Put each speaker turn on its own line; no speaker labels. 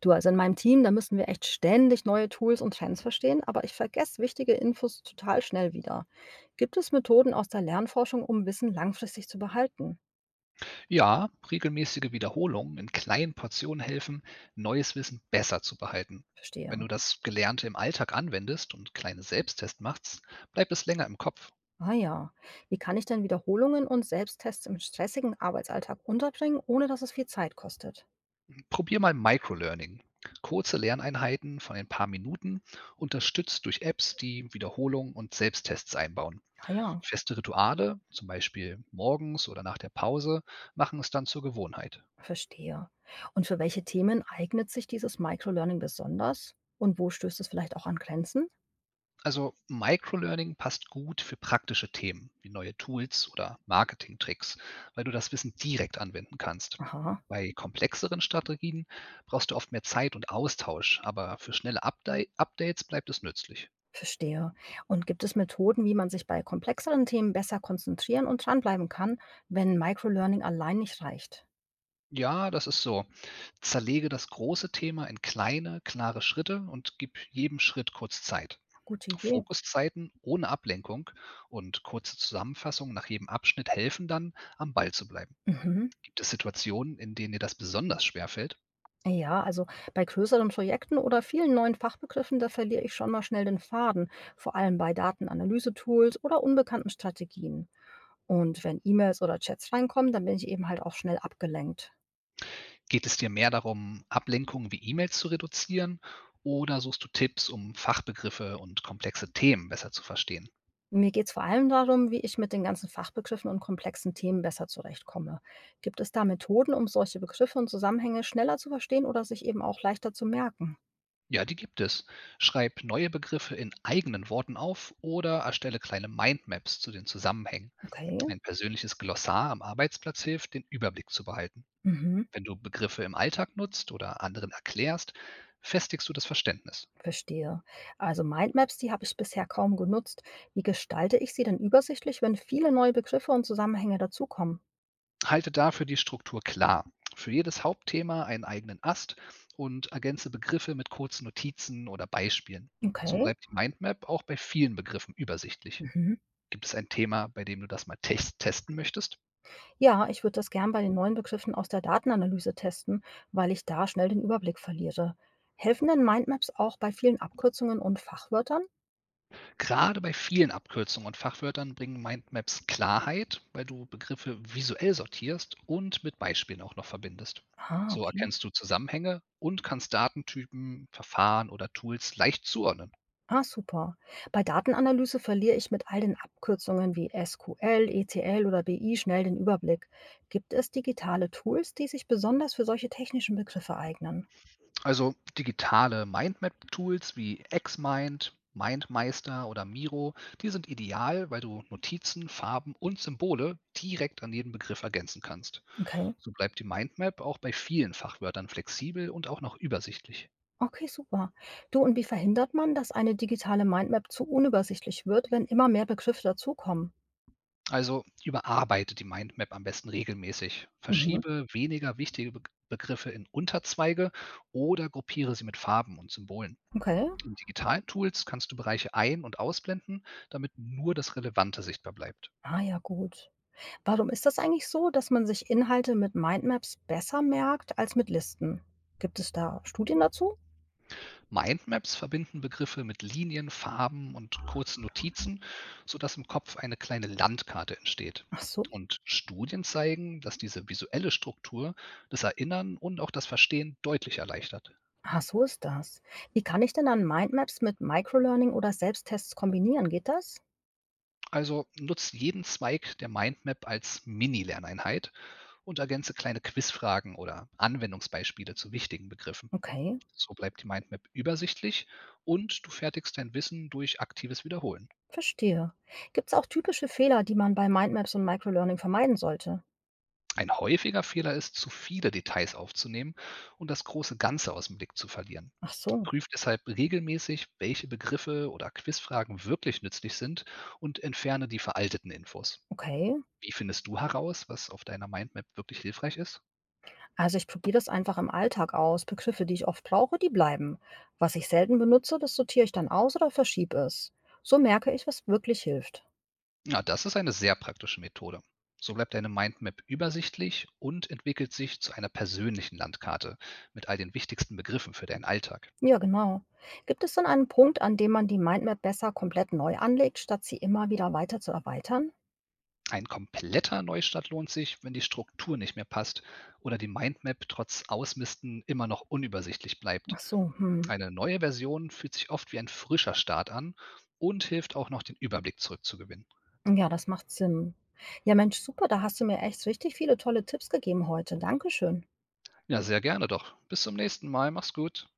Du, also in meinem Team, da müssen wir echt ständig neue Tools und Trends verstehen, aber ich vergesse wichtige Infos total schnell wieder. Gibt es Methoden aus der Lernforschung, um Wissen langfristig zu behalten?
Ja, regelmäßige Wiederholungen in kleinen Portionen helfen, neues Wissen besser zu behalten.
Verstehe.
Wenn du das Gelernte im Alltag anwendest und kleine Selbsttests machst, bleibt es länger im Kopf.
Ah ja. Wie kann ich denn Wiederholungen und Selbsttests im stressigen Arbeitsalltag unterbringen, ohne dass es viel Zeit kostet?
Probier mal Microlearning. Kurze Lerneinheiten von ein paar Minuten, unterstützt durch Apps, die Wiederholung und Selbsttests einbauen.
Ah ja,
Feste Rituale, zum Beispiel morgens oder nach der Pause, machen es dann zur Gewohnheit.
verstehe. Und für welche Themen eignet sich dieses Microlearning besonders? Und wo stößt es vielleicht auch an Grenzen?
Also Microlearning passt gut für praktische Themen wie neue Tools oder Marketingtricks, weil du das Wissen direkt anwenden kannst.
Aha.
Bei komplexeren Strategien brauchst du oft mehr Zeit und Austausch, aber für schnelle Updates bleibt es nützlich.
Verstehe. Und gibt es Methoden, wie man sich bei komplexeren Themen besser konzentrieren und dranbleiben kann, wenn Microlearning allein nicht reicht?
Ja, das ist so. Zerlege das große Thema in kleine, klare Schritte und gib jedem Schritt kurz Zeit.
Gute Idee.
Fokuszeiten ohne Ablenkung und kurze Zusammenfassungen nach jedem Abschnitt helfen dann, am Ball zu bleiben.
Mhm.
Gibt es Situationen, in denen dir das besonders schwer fällt?
Ja, also bei größeren Projekten oder vielen neuen Fachbegriffen, da verliere ich schon mal schnell den Faden, vor allem bei Datenanalyse-Tools oder unbekannten Strategien. Und wenn E-Mails oder Chats reinkommen, dann bin ich eben halt auch schnell abgelenkt.
Geht es dir mehr darum, Ablenkungen wie E-Mails zu reduzieren oder suchst du Tipps, um Fachbegriffe und komplexe Themen besser zu verstehen?
Mir geht's vor allem darum, wie ich mit den ganzen Fachbegriffen und komplexen Themen besser zurechtkomme. Gibt es da Methoden, um solche Begriffe und Zusammenhänge schneller zu verstehen oder sich eben auch leichter zu merken?
Ja, die gibt es. Schreib neue Begriffe in eigenen Worten auf oder erstelle kleine Mindmaps zu den Zusammenhängen.
Okay,
Ein persönliches Glossar am Arbeitsplatz hilft, den Überblick zu behalten.
mhm,
Wenn du Begriffe im Alltag nutzt oder anderen erklärst, festigst du das Verständnis.
verstehe. Also Mindmaps, die habe ich bisher kaum genutzt. Wie gestalte ich sie denn übersichtlich, wenn viele neue Begriffe und Zusammenhänge dazukommen?
Halte dafür die Struktur klar. Für jedes Hauptthema einen eigenen Ast und ergänze Begriffe mit kurzen Notizen oder Beispielen. So
Okay.
bleibt die Mindmap auch bei vielen Begriffen übersichtlich.
Mhm.
Gibt es ein Thema, bei dem du das mal testen möchtest?
Ja, ich würde das gern bei den neuen Begriffen aus der Datenanalyse testen, weil ich da schnell den Überblick verliere. Helfen denn Mindmaps auch bei vielen Abkürzungen und Fachwörtern?
Gerade bei vielen Abkürzungen und Fachwörtern bringen Mindmaps Klarheit, weil du Begriffe visuell sortierst und mit Beispielen auch noch verbindest.
Ah,
So
okay.
erkennst du Zusammenhänge und kannst Datentypen, Verfahren oder Tools leicht zuordnen.
Ah, super. Bei Datenanalyse verliere ich mit all den Abkürzungen wie SQL, ETL oder BI schnell den Überblick. Gibt es digitale Tools, die sich besonders für solche technischen Begriffe eignen?
Also digitale Mindmap-Tools wie Xmind, MindMeister oder Miro, die sind ideal, weil du Notizen, Farben und Symbole direkt an jeden Begriff ergänzen kannst.
Okay.
So bleibt die Mindmap auch bei vielen Fachwörtern flexibel und auch noch übersichtlich.
Okay, super. Du, und wie verhindert man, dass eine digitale Mindmap zu unübersichtlich wird, wenn immer mehr Begriffe dazukommen?
Also überarbeite die Mindmap am besten regelmäßig.
Mhm.
Verschiebe weniger wichtige Be Begriffe in Unterzweige oder gruppiere sie mit Farben und Symbolen.
Okay.
In digitalen Tools kannst du Bereiche ein- und ausblenden, damit nur das Relevante sichtbar bleibt.
Ah ja, gut. Warum ist das eigentlich so, dass man sich Inhalte mit Mindmaps besser merkt als mit Listen? Gibt es da Studien dazu?
Mindmaps verbinden Begriffe mit Linien, Farben und kurzen Notizen, sodass im Kopf eine kleine Landkarte entsteht.
Ach so.
Und Studien zeigen, dass diese visuelle Struktur das Erinnern und auch das Verstehen deutlich erleichtert.
Ah, so ist das. Wie kann ich denn dann Mindmaps mit Microlearning oder Selbsttests kombinieren? Geht das?
Also nutzt jeden Zweig der Mindmap als Mini-Lerneinheit und ergänze kleine Quizfragen oder Anwendungsbeispiele zu wichtigen Begriffen.
Okay,
So bleibt die Mindmap übersichtlich und du fertigst dein Wissen durch aktives Wiederholen.
verstehe. Gibt es auch typische Fehler, die man bei Mindmaps und Microlearning vermeiden sollte?
Ein häufiger Fehler ist, zu viele Details aufzunehmen und das große Ganze aus dem Blick zu verlieren.
Ach so,
Prüft deshalb regelmäßig, welche Begriffe oder Quizfragen wirklich nützlich sind und entferne die veralteten Infos.
okay.
Wie findest du heraus, was auf deiner Mindmap wirklich hilfreich ist?
Also ich probiere das einfach im Alltag aus. Begriffe, die ich oft brauche, die bleiben. Was ich selten benutze, das sortiere ich dann aus oder verschiebe es. So merke ich, was wirklich hilft.
Ja, das ist eine sehr praktische Methode. So bleibt deine Mindmap übersichtlich und entwickelt sich zu einer persönlichen Landkarte mit all den wichtigsten Begriffen für deinen Alltag.
Ja, genau. Gibt es dann einen Punkt, an dem man die Mindmap besser komplett neu anlegt, statt sie immer wieder weiter zu erweitern?
Ein kompletter Neustart lohnt sich, wenn die Struktur nicht mehr passt oder die Mindmap trotz Ausmisten immer noch unübersichtlich bleibt.
Ach so, hm.
Eine neue Version fühlt sich oft wie ein frischer Start an und hilft auch noch, den Überblick zurückzugewinnen.
Ja, das macht Sinn. Ja, Mensch, super, da hast du mir echt richtig viele tolle Tipps gegeben heute. Dankeschön.
Ja, sehr gerne doch. Bis zum nächsten Mal. Mach's gut.